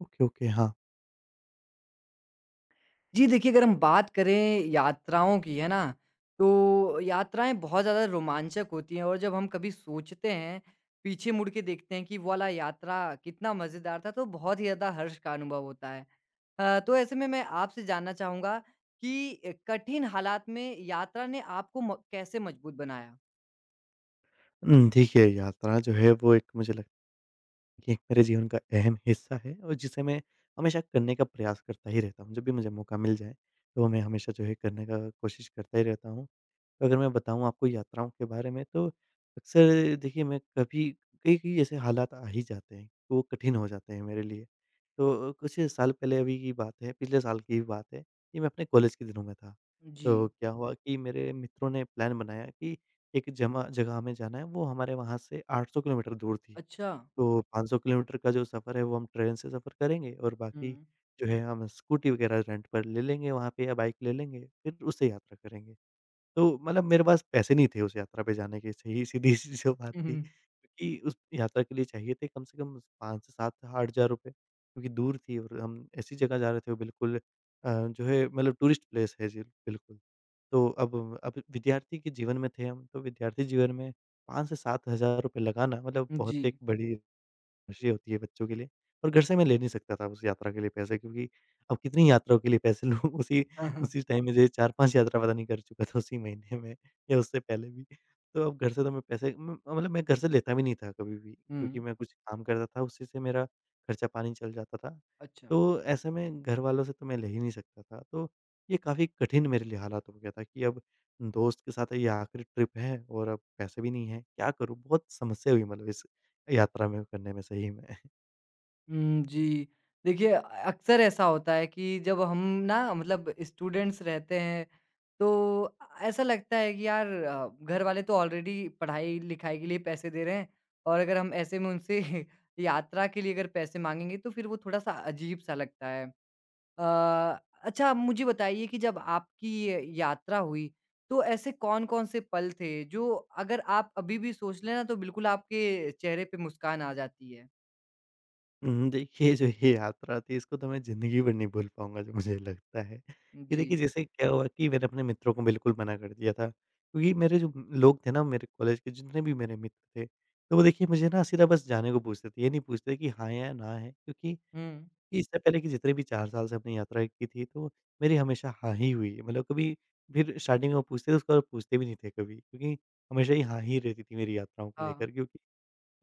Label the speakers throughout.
Speaker 1: Okay, okay, हाँ।
Speaker 2: जी, देखिए अगर हम बात करें यात्राओं की, है ना? तो यात्राएँ बहुत ज़्यादा रोमांचक होती हैं और जब हम कभी सोचते हैं, पीछे मुड़ के देखते हैं कि वो वाला यात्रा कितना मज़ेदार था, तो बहुत ही ज़्यादा हर्ष का अनुभव होता है। तो ऐसे में मैं आपसे जानना चाहूँगा कि कठिन हालात में यात्रा ने आपको म कैसे मजबूत बनाया?
Speaker 1: देखिए, यात्रा जो है वो एक मुझे लगता ये एक मेरे जीवन का अहम हिस्सा है और जिसे मैं हमेशा करने का प्रयास करता ही रहता हूँ। जब भी मुझे मौका मिल जाए, तो मैं हमेशा जो है करने का कोशिश करता ही रहता हूँ। तो अगर मैं बताऊँ आपको यात्राओं के बारे में, तो अक्सर देखिए मैं कभी कई-कई ऐसे हालात आ ही जाते हैं, तो वो कठिन हो जाते हैं मेरे लिए। तो कुछ साल पहले अभी की बात है, पिछले साल की बात है कि मैं अपने कॉलेज के दिनों में था।
Speaker 2: जी,
Speaker 1: तो क्या हुआ कि मेरे मित्रों ने प्लान बनाया कि एक जमा जगह हमें जाना है, वो हमारे वहाँ से 800 किलोमीटर दूर थी।
Speaker 2: अच्छा।
Speaker 1: तो 500 किलोमीटर का जो सफ़र है वो हम ट्रेन से सफ़र करेंगे और बाकी
Speaker 2: हुँ।
Speaker 1: जो है हम स्कूटी वगैरह रेंट पर ले लेंगे वहाँ पे या बाइक ले लेंगे, फिर उससे यात्रा करेंगे। तो मतलब मेरे पास पैसे नहीं थे उस यात्रा पे जाने के, सही सीधी-सी जो बात
Speaker 2: हुँ,
Speaker 1: थी,
Speaker 2: हुँ।
Speaker 1: क्योंकि उस यात्रा के लिए चाहिए थे कम से कम 5 से 7 ₹8,000 रुपए, क्योंकि दूर थी और हम ऐसी जगह जा रहे थे वो बिल्कुल जो है मतलब टूरिस्ट प्लेस है जी, बिल्कुल। तो अब विद्यार्थी के जीवन में थे हम, तो विद्यार्थी जीवन में 5 से 7 हज़ार रुपए लगाना मतलब बहुत
Speaker 2: जी।
Speaker 1: एक बड़ी खुशी होती है बच्चों के लिए, और घर से मैं ले नहीं सकता था उस यात्रा के लिए पैसे, क्योंकि अब कितनी यात्राओं के लिए पैसे लूँ। उसी
Speaker 2: हाँ, हाँ।
Speaker 1: उसी टाइम में जो है 4-5 यात्रा पता नहीं कर चुका था उसी महीने में या उससे पहले भी। तो अब घर से तो मैं पैसे म मतलब मैं घर से लेता भी नहीं था कभी भी, क्योंकि
Speaker 2: हुँ।
Speaker 1: मैं कुछ काम करता था, उसी से मेरा खर्चा-पानी चल जाता था।
Speaker 2: अच्छा।
Speaker 1: तो ऐसे में घर वालों से तो मैं ले ही नहीं सकता था। तो ये काफ़ी कठिन मेरे लिए हालात हो गया था कि अब दोस्त के साथ ये आखिरी ट्रिप है और अब पैसे भी नहीं है, क्या करूँ? बहुत समस्या हुई मतलब इस यात्रा में करने में, सही में।
Speaker 2: हुँ, जी। देखिए अक्सर ऐसा होता है कि जब हम ना मतलब स्टूडेंट्स रहते हैं, तो ऐसा लगता है कि यार घर वाले तो ऑलरेडी पढ़ाई-लिखाई के लिए पैसे दे रहे हैं और अगर हम ऐसे में उनसे यात्रा के लिए अगर पैसे माँगेंगे, तो फिर वो थोड़ा-सा अजीब-सा लगता है। अ, अच्छा आप मुझे बताइए कि जब आपकी ये यात्रा हुई, तो ऐसे कौन-कौन से पल थे जो अगर आप अभी भी सोच लें ना, तो बिल्कुल आपके चेहरे पे मुस्कान आ जाती है?
Speaker 1: देखिए, जो ये यात्रा थी इसको तो मैं ज़िंदगी भर नहीं भूल पाऊँगा, जो मुझे लगता है। कि
Speaker 2: जी।
Speaker 1: देखिए जैसे क्या हुआ कि मैंने अपने मित्रों को बिल्कुल मना कर दिया था। क्योंकि मेरे जो लोग थे ना, मेरे कॉलेज के जितने भी मेरे मित्र थे, तो वो देखिए मुझे ना सीधा बस जाने को पूछते थे। ये नहीं पूछते कि हाँ या ना है, क्योंकि
Speaker 2: हुँ।
Speaker 1: इससे पहले कि जितने भी 4 साल से अपनी यात्रा की थी तो मेरी हमेशा हाँ ही हुई है। मतलब कभी फिर स्टार्टिंग में वो पूछते थे, उसके बाद पूछते भी नहीं थे कभी। क्योंकि हमेशा ही हाँ ही रहती थी मेरी यात्राओं को
Speaker 2: हाँ।
Speaker 1: लेकर, क्योंकि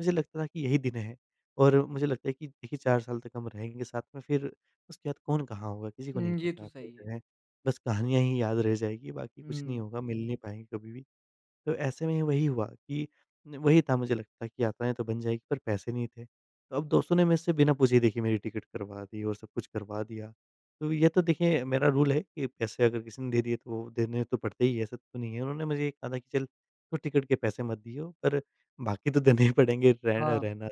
Speaker 1: मुझे लगता था कि यही दिन है, और मुझे लगता है कि देखिए 4 साल तक हम रहेंगे साथ में, फिर उसके बाद कौन कहाँ होगा किसी को नहीं
Speaker 2: हुँ, ये तो
Speaker 1: पता। फिर
Speaker 2: सही
Speaker 1: जो
Speaker 2: है।
Speaker 1: है बस कहानियाँ ही याद रह जाएगी, बाकी कुछ नहीं
Speaker 2: हुँ,
Speaker 1: होगा, मिल नहीं पाएँगे कभी भी। तो ऐसे में वही हुआ कि वही था मुझे लगता कि यात्राएँ तो बन जाएगी पर पैसे नहीं थे। तो अब दोस्तों ने मुझसे बिना पूछे ही देखिए मेरी टिकट करवा दी और सब कुछ करवा दिया। तो ये तो देखिए मेरा रूल है कि पैसे अगर किसी ने दे दिए तो वो देने तो पड़ते ही हैं, ऐसा तो नहीं है। उन्होंने मुझे ये कहा था कि चल तू टिकट के पैसे मत दियो, पर बाकी तो देने ही पड़ेंगे, रह
Speaker 2: हाँ।
Speaker 1: रहना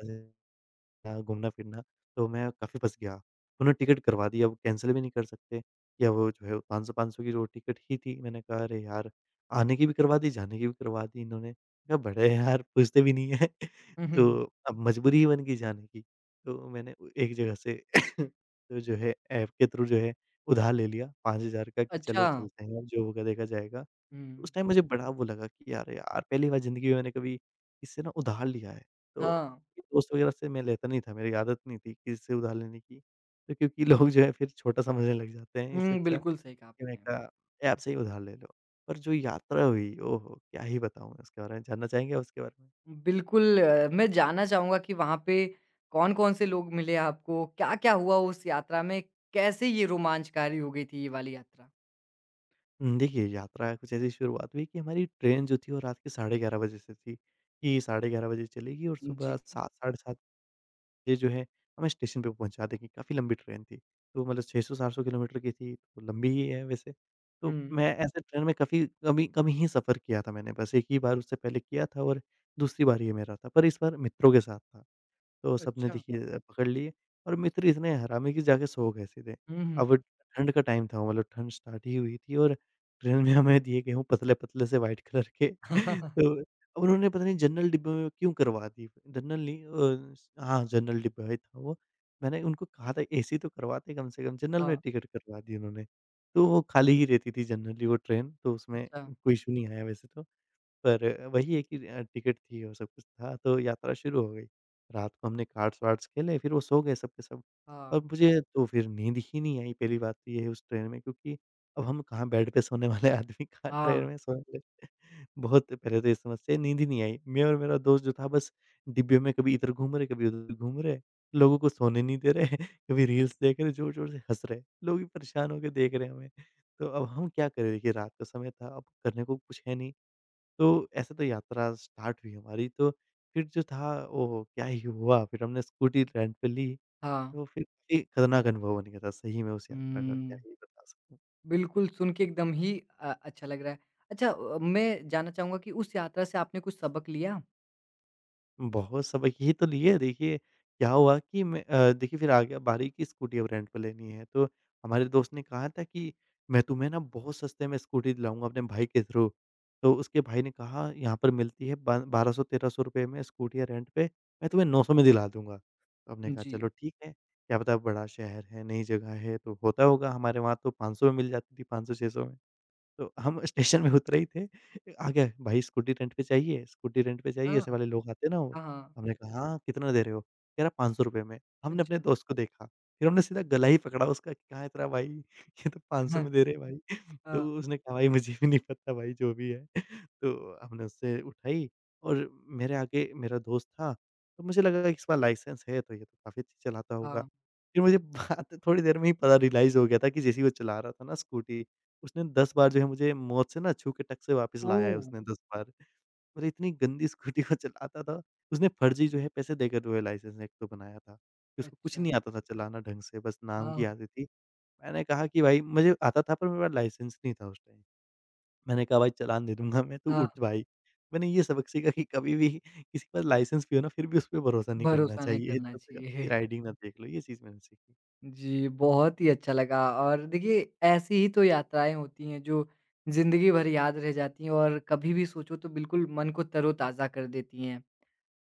Speaker 1: था, घूमना-फिरना, तो मैं काफ़ी फँस गया। उन्होंने टिकट करवा दी, अब कैंसल भी नहीं कर सकते, या वो जो है 500-500 की जो टिकट ही थी। मैंने कहा, "अरे यार! आने की भी करवा दी, जाने की भी करवा दी इन्होंने।" कहा, "बड़े हैं यार, पूछते भी नहीं हैं।"
Speaker 2: हुँ, हुँ, हुँ।
Speaker 1: तो अब मजबूरी ही बन गई जाने की। तो मैंने उ एक जगह से तो जो है ऐप के थ्रू जो है उधार ले लिया 5,000 का कि
Speaker 2: अच्छा।
Speaker 1: चलो चलते हैं, जो होगा देखा जाएगा।
Speaker 2: हुँ,
Speaker 1: उस टाइम मुझे बड़ा वो लगा कि यार यार पहली बार ज़िंदगी में मैंने कभी इससे ना उधार लिया है। तो
Speaker 2: हाँ।
Speaker 1: दोस्त वगैरह से मैं लेता नहीं था, मेरी आदत नहीं थी किसी से उधार लेने की। तो क्योंकि लोग जो है फिर छोटा समझने लग जाते हैं, इससे
Speaker 2: हुँ,
Speaker 1: अच्छा
Speaker 2: बिल्कुल सही कहा
Speaker 1: कि मैंने
Speaker 2: आपने।
Speaker 1: कहा ऐप से ही उधार ले लो। पर जो यात्रा हुई, ओहो! क्या ही बताऊँ मैं उसके बारे में, जानना चाहेंगे आप उसके बारे में?
Speaker 2: बिल्कुल मैं जानना चाहूँगा कि वहाँ पे कौन-कौन से लोग मिले आपको? क्या-क्या हुआ उस यात्रा में? कैसे ये रोमांचकारी हो गई थी ये वाली यात्रा?
Speaker 1: देखिए, यात्रा कुछ ऐसी शुरुआत हुई कि हमारी ट्रेन जो थी वो रात के साढ़े 11 बजे से थी, कि साढ़े 11 बजे चलेगी और
Speaker 2: जी।
Speaker 1: सुबह 7 साढ़े 7 ये जो है हमें स्टेशन पे पहुँचा देगी। काफ़ी लंबी ट्रेन थी। तो मतलब 600-700 किलोमीटर की थी, तो लंबी ही है वैसे। तो
Speaker 2: हुँ।
Speaker 1: मैं ऐसे ट्रेन में काफ़ी कम ही सफ़र किया था, मैंने बस 1 ही बार उससे पहले किया था और दूसरी बार ये मेरा था। पर इस बार मित्रों के साथ था। तो सबने
Speaker 2: अच्छा।
Speaker 1: देखिए, पकड़ लिए, और मित्र इतने हरामी कि जाके सो गए सीधे।
Speaker 2: हुँ, हुँ।
Speaker 1: अब ठंड का टाइम था, मतलब ठंड स्टार्ट ही हुई थी, और ट्रेन में हमें दिए गेहूँ पतले-पतले से व्हाइट कलर के। तो अब उन्होंने पता नहीं जनरल डिब्बे में क्यों करवा दी। जनरल नहीं अ, स हाँ, जनरल डिब्बा ही था वो। मैंने उनको कहा था एसी तो करवाते कम से कम, जनरल में
Speaker 2: हाँ,
Speaker 1: टिकट करवा दी उन्होंने। तो वो खाली ही रहती थी जनरली वो ट्रेन, तो उसमें
Speaker 2: अच्छा।
Speaker 1: कोई इश्यू नहीं आया वैसे तो। पर वही है कि टिकट थी और सब कुछ था तो यात्रा शुरू हो गई। रात को हमने कार्ड्स-वार्ड्स खेले, फिर वो सो गए सब के सब। और
Speaker 2: हाँ,
Speaker 1: मुझे तो फिर नींद ही नहीं आई, पहली बात तो ये है उस ट्रेन में, क्योंकि अब हम कहाँ बेड पे सोने वाले। आदमी कहाँ
Speaker 2: हाँ,
Speaker 1: ट्रेन में सोएँगे। बहुत पहले तो ये समस्या, नींद ही नहीं आई। मैं और मेरा दोस्त जो था बस डिब्बे में कभी इधर घूम रहे, कभी उधर घूम रहे, लोगों को सोने नहीं दे रहे, कभी रील्स देख रहे, ज़ोर-ज़ोर से हँस रहे। लोग भी परेशान होके देख रहे हैं हमें। तो अब हम क्या करें, देखिए रात का समय था, अब करने को कुछ है नहीं। तो ऐसे तो यात्रा स्टार्ट हुई हमारी, तो फिर जो था ओह! क्या ही हुआ, फिर हमने स्कूटी रेंट पे ली,
Speaker 2: हाँ।
Speaker 1: तो फिर एक खतरनाक अनुभव बन गया था सही में उस यात्रा का, क्या
Speaker 2: हुँ।
Speaker 1: ही बता सकूँ।
Speaker 2: बिल्कुल, सुन के एकदम ही अच्छा लग रहा है। अच्छा मैं जानना चाहूँगा कि उस यात्रा से आपने कुछ सबक लिया?
Speaker 1: बहुत सबक ही तो लिए। देखिए, क्या हुआ कि मैं देखिए फिर आ गया बारी कि स्कूटियाँ अब रेंट पे लेनी है। तो हमारे दोस्त ने कहा था कि मैं तुम्हें ना बहुत सस्ते में स्कूटी दिलाऊँगा अपने भाई के थ्रू। तो उसके भाई ने कहा यहाँ पर मिलती है ब 1200-1300 रुपए में स्कूटियाँ रेंट पे, मैं तुम्हें 900 में दिला दूँगा। तो हमने कहा
Speaker 2: जी।
Speaker 1: चलो ठीक है, क्या पता बड़ा शहर है, नई जगह है तो होता होगा। हमारे वहाँ तो 500 में मिल जाती थी, 500-600 में। तो हम स्टेशन में उतरे ही थे, आ गया भाई स्कूटी रेंट पे चाहिए, स्कूटी रेंट पे चाहिए,
Speaker 2: हाँ,
Speaker 1: ऐसे वाले लोग आते हैं ना वो।
Speaker 2: हाँ, हाँ।
Speaker 1: हमने कहा हाँ, कितना दे रहे हो? कह रहा ₹500 में। हमने अपने
Speaker 2: अच्छा।
Speaker 1: दोस्त को देखा, फिर हमने सीधा गला ही पकड़ा उसका कि कहाँ है तेरा भाई? ये तो 500 में दे रहे हैं भाई। तो
Speaker 2: हाँ,
Speaker 1: उसने कहा भाई मुझे भी नहीं पता भाई जो भी है। तो हमने उससे उठाई, और मेरे आगे मेरा दोस्त था, तो मुझे लगा कि इस बार लाइसेंस है तो ये तो काफ़ी अच्छी चलाता होगा।
Speaker 2: हाँ।
Speaker 1: फिर मुझे बात थोड़ी देर में ही पता रियलाइज़ हो गया था कि जैसे ही वो चला रहा था ना स्कूटी, उसने 10 बार जो है मुझे मौत से ना छू के टक से वापस लाया है
Speaker 2: ओह!
Speaker 1: उसने, 10 बार। और इतनी गंदी स्कूटी वो चलाता था, उसने फर्जी जो है पैसे देकर जो है लाइसेंस एक तो बनाया था। कि उसको कुछ
Speaker 2: अच्छा।
Speaker 1: नहीं आता था चलाना ढंग से, बस नाम की
Speaker 2: हाँ,
Speaker 1: आती थी। मैंने कहा कि भाई मुझे आता था पर मेरे पास लाइसेंस नहीं था उस टाइम। मैंने कहा भाई चालान दे दूँगा मैं, तू
Speaker 2: हाँ।
Speaker 1: उठ भाई। मैंने ये सबक सीखा कि कभी भी किसी के पास लाइसेंस भी हो ना, फिर भी उस पे भरोसा नहीं करना
Speaker 2: भरोसा नहीं
Speaker 1: चाहिए।
Speaker 2: करना
Speaker 1: तब तक
Speaker 2: चाहिए।
Speaker 1: आपकी राइडिंग ना देख लो, ये चीज़ मैंने सीखी।
Speaker 2: जी, बहुत ही अच्छा लगा और देखिए ऐसी ही तो यात्राएँ होती हैं जो ज़िंदगी भर याद रह जाती हैं और कभी भी सोचो तो बिल्कुल मन को तरोताज़ा कर देती हैं।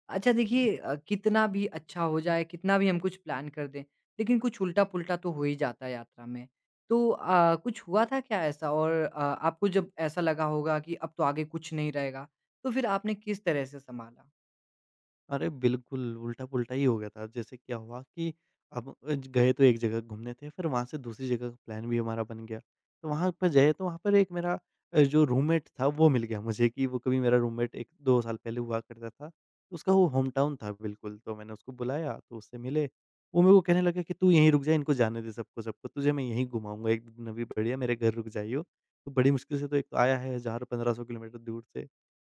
Speaker 2: अच्छा देखिए कितना भी अच्छा हो जाए, कितना भी हम कुछ प्लान कर दें, लेकिन कुछ उल्टा-पुल्टा तो हो ही जाता है यात्रा में। तो कुछ हुआ था क्या ऐसा? और आपको जब ऐसा लगा होगा कि अब तो आगे कुछ नहीं रहेगा, तो फिर आपने किस तरह से सँभाला?
Speaker 1: अरे! बिल्कुल, उल्टा-पुल्टा ही हो गया था। जैसे क्या हुआ कि अब ज गए तो एक जगह घूमने थे, फिर वहाँ से दूसरी जगह का प्लान भी हमारा बन गया। तो वहाँ पर गए तो वहाँ पर एक मेरा जो रूममेट था वो मिल गया मुझे कि वो कभी मेरा रूममेट 1-2 साल पहले हुआ करता था। तो उसका वो होमटाउन था बिल्कुल, तो मैंने उसको बुलाया तो उससे मिले। वो मेरे को कहने लगा कि तू यहीं रुक जा, इनको जाने दे सबको सबको, तुझे मैं यहीं घुमाऊँगा एक दिन अभी बढ़िया मेरे घर रुक जाइयो। तो बड़ी मुश्किल से तो एक तो आया है 1000-1500 किलोमीटर दूर से।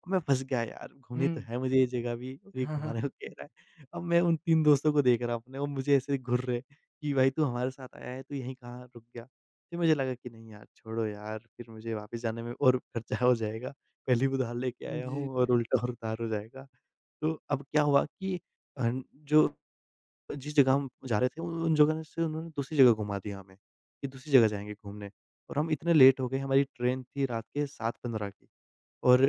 Speaker 1: मैं फँस गया यार,
Speaker 2: हुँ।
Speaker 1: घूमनी तो है मुझे ये जगह भी और ये घुमाने को कह रहा है। अब मैं उन 3 दोस्तों को देख रहा हूँ अपने वो मुझे ऐसे घूर रहे कि भाई तू हमारे साथ आया है, तू यहीं कहाँ रुक गया? फिर मुझे लगा कि नहीं यार, छोड़ो यार, फिर मुझे वापस जाने में और खर्चा हो जाएगा। पहली भी उधार लेके आया
Speaker 2: जी,
Speaker 1: हूँ और उल्टा और उधार हो जाएगा। तो अब क्या हुआ कि अ, जो जिस जगह हम जा रहे थे उन उन जगह से उन्होंने दूसरी जगह घुमा दिया हमें, कि दूसरी जगह जाएँगे घूमने और हम इतने लेट हो गए हमारी ट्रेन थी रात के 7:15 की। और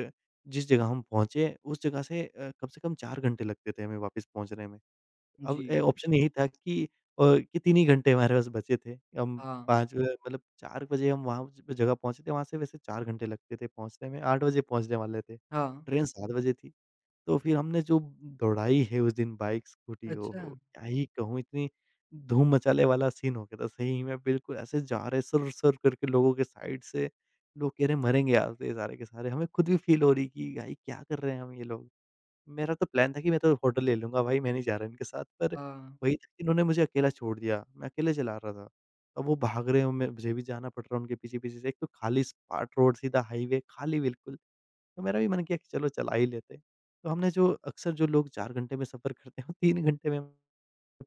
Speaker 1: जिस जगह हम पहुँचे, उस जगह से कम से कम 4 घंटे लगते थे हमें वापस पहुँचने में। अब
Speaker 2: जी।
Speaker 1: ए ऑप्शन यही था कि 3 ही घंटे हमारे पास बचे थे। हम
Speaker 2: हाँ,
Speaker 1: 5 मतलब 4 बजे हम वहाँ ज जगह पहुँचे थे, वहाँ से वैसे 4 घंटे लगते थे पहुँचने में, 8 बजे पहुँचने वाले थे।
Speaker 2: हाँ।
Speaker 1: ट्रेन 7 बजे थी। तो फिर हमने जो दौड़ाई है उस दिन बाइक, स्कूटी
Speaker 2: अच्छा।
Speaker 1: ओहो! क्या ही कहूँ इतनी धूम मचाले वाला सीन हो गया था सही में बिल्कुल ऐसे जा रहे सर-सर करके लोगों के साइड से, लोग कह रहे मरेंगे आज तो ये सारे के सारे। हमें खुद भी फ़ील हो रही कि भाई क्या कर रहे हैं हम ये लोग। मेरा तो प्लान था कि मैं तो होटल ले लूँगा भाई, मैं नहीं जा रहा इनके साथ, पर
Speaker 2: हाँ,
Speaker 1: वही था कि इन्होंने मुझे अकेला छोड़ दिया, मैं अकेले चला रहा था। अब वो भाग रहे हैं, मैं मुझे भी जाना पड़ रहा है उनके पीछे-पीछे से, एक तो खाली सपाट रोड, सीधा हाईवे, खाली बिल्कुल। तो मेरा भी मन किया कि चलो चला ही लेते हैं। तो हमने जो अक्सर जो लोग 4 घंटे में सफ़र करते हैं, वो 3 घंटे में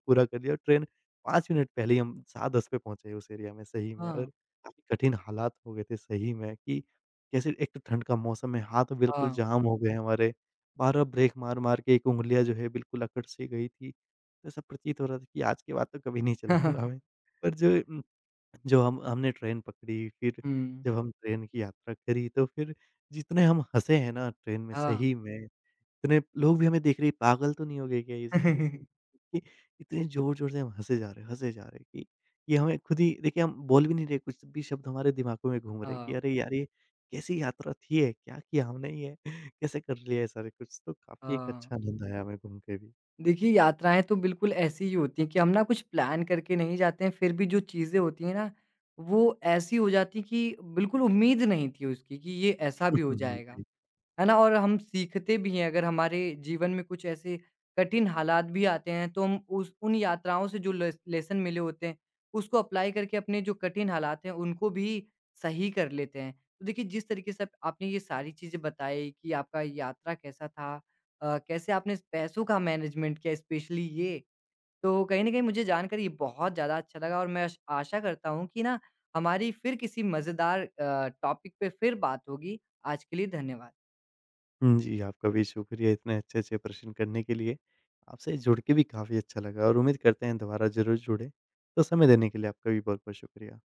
Speaker 1: पूरा कर लिया और ट्रेन 5 मिनट पहले ही हम 7:10 पे पहुँचे उस एरिया में सही में और
Speaker 2: हाँ,
Speaker 1: काफ़ी कठिन हालात हो गए थे सही में कि कैसे एक तो ठंड का मौसम है, हाथ बिल्कुल
Speaker 2: हाँ।
Speaker 1: जाम हो गए हैं हमारे, बार-बार ब्रेक मार-मार के एक उँगलियाँ जो है बिल्कुल अकड़ सी गई थी। तो ऐसा प्रतीत हो रहा था कि आज के बाद तो कभी नहीं चलाऊँगा मैं। पर जो हम हमने ट्रेन पकड़ी फिर
Speaker 2: हुँ,
Speaker 1: जब हम ट्रेन की यात्रा करी तो फिर जितने हम हँसे हैं ना ट्रेन में
Speaker 2: हाँ।
Speaker 1: सही में इतने लोग भी हमें देख रहे हैं, पागल तो नहीं हो गए क्या ये सभी के सब? कि इतने ज़ोर-ज़ोर से हम हँसे जा रहे हैं हँसे जा रहे हैं कि ये हमें खुद ही देखिए हम बोल भी नहीं रहे, कुछ भी शब्द हमारे दिमागों में घूम रहे हैं कि
Speaker 2: हाँ,
Speaker 1: अरे यार! ये कैसी यात्रा थी ये? क्या किया हमने ये? कैसे कर लिया ये सारे कुछ? तो काफ़ी एक
Speaker 2: हाँ।
Speaker 1: अच्छा आनंद आया हमें घूम के भी।
Speaker 2: देखिए, यात्राएँ तो बिल्कुल ऐसी ही होती हैं कि हम ना कुछ प्लान करके नहीं जाते हैं, फिर भी जो चीज़ें होती हैं ना, वो ऐसी हो जाती हैं कि बिल्कुल उम्मीद नहीं थी उसकी कि ये ऐसा भी हो जाएगा।
Speaker 1: जी।
Speaker 2: है ना? और हम सीखते भी हैं, अगर हमारे जीवन में कुछ ऐसे कठिन हालात भी आते हैं, तो हम उस उन यात्राओं से जो लेसन मिले होते हैं, उसको अप्लाई करके अपने जो कठिन हालात हैं, उनको भी सही कर लेते हैं। तो देखिए, जिस तरीके से आपने ये सारी चीज़ें बताई कि आपका यात्रा कैसा था कैसे आपने पैसों का मैनेजमेंट किया स्पेशली ये, तो कहीं न कहीं मुझे जानकर ये बहुत ज़्यादा अच्छा लगा और मैं आश आशा करता हूँ कि ना, हमारी फिर किसी मज़ेदार टॉपिक पे फिर बात होगी। आज के लिए धन्यवाद।
Speaker 1: हुँ, जी, आपका भी शुक्रिया इतने अच्छे-अच्छे प्रश्न करने के लिए। आपसे जुड़ के भी काफ़ी अच्छा लगा और उम्मीद करते हैं दोबारा ज़रूर जुड़ें। तो समय देने के लिए आपका भी बहुत-बहुत शुक्रिया।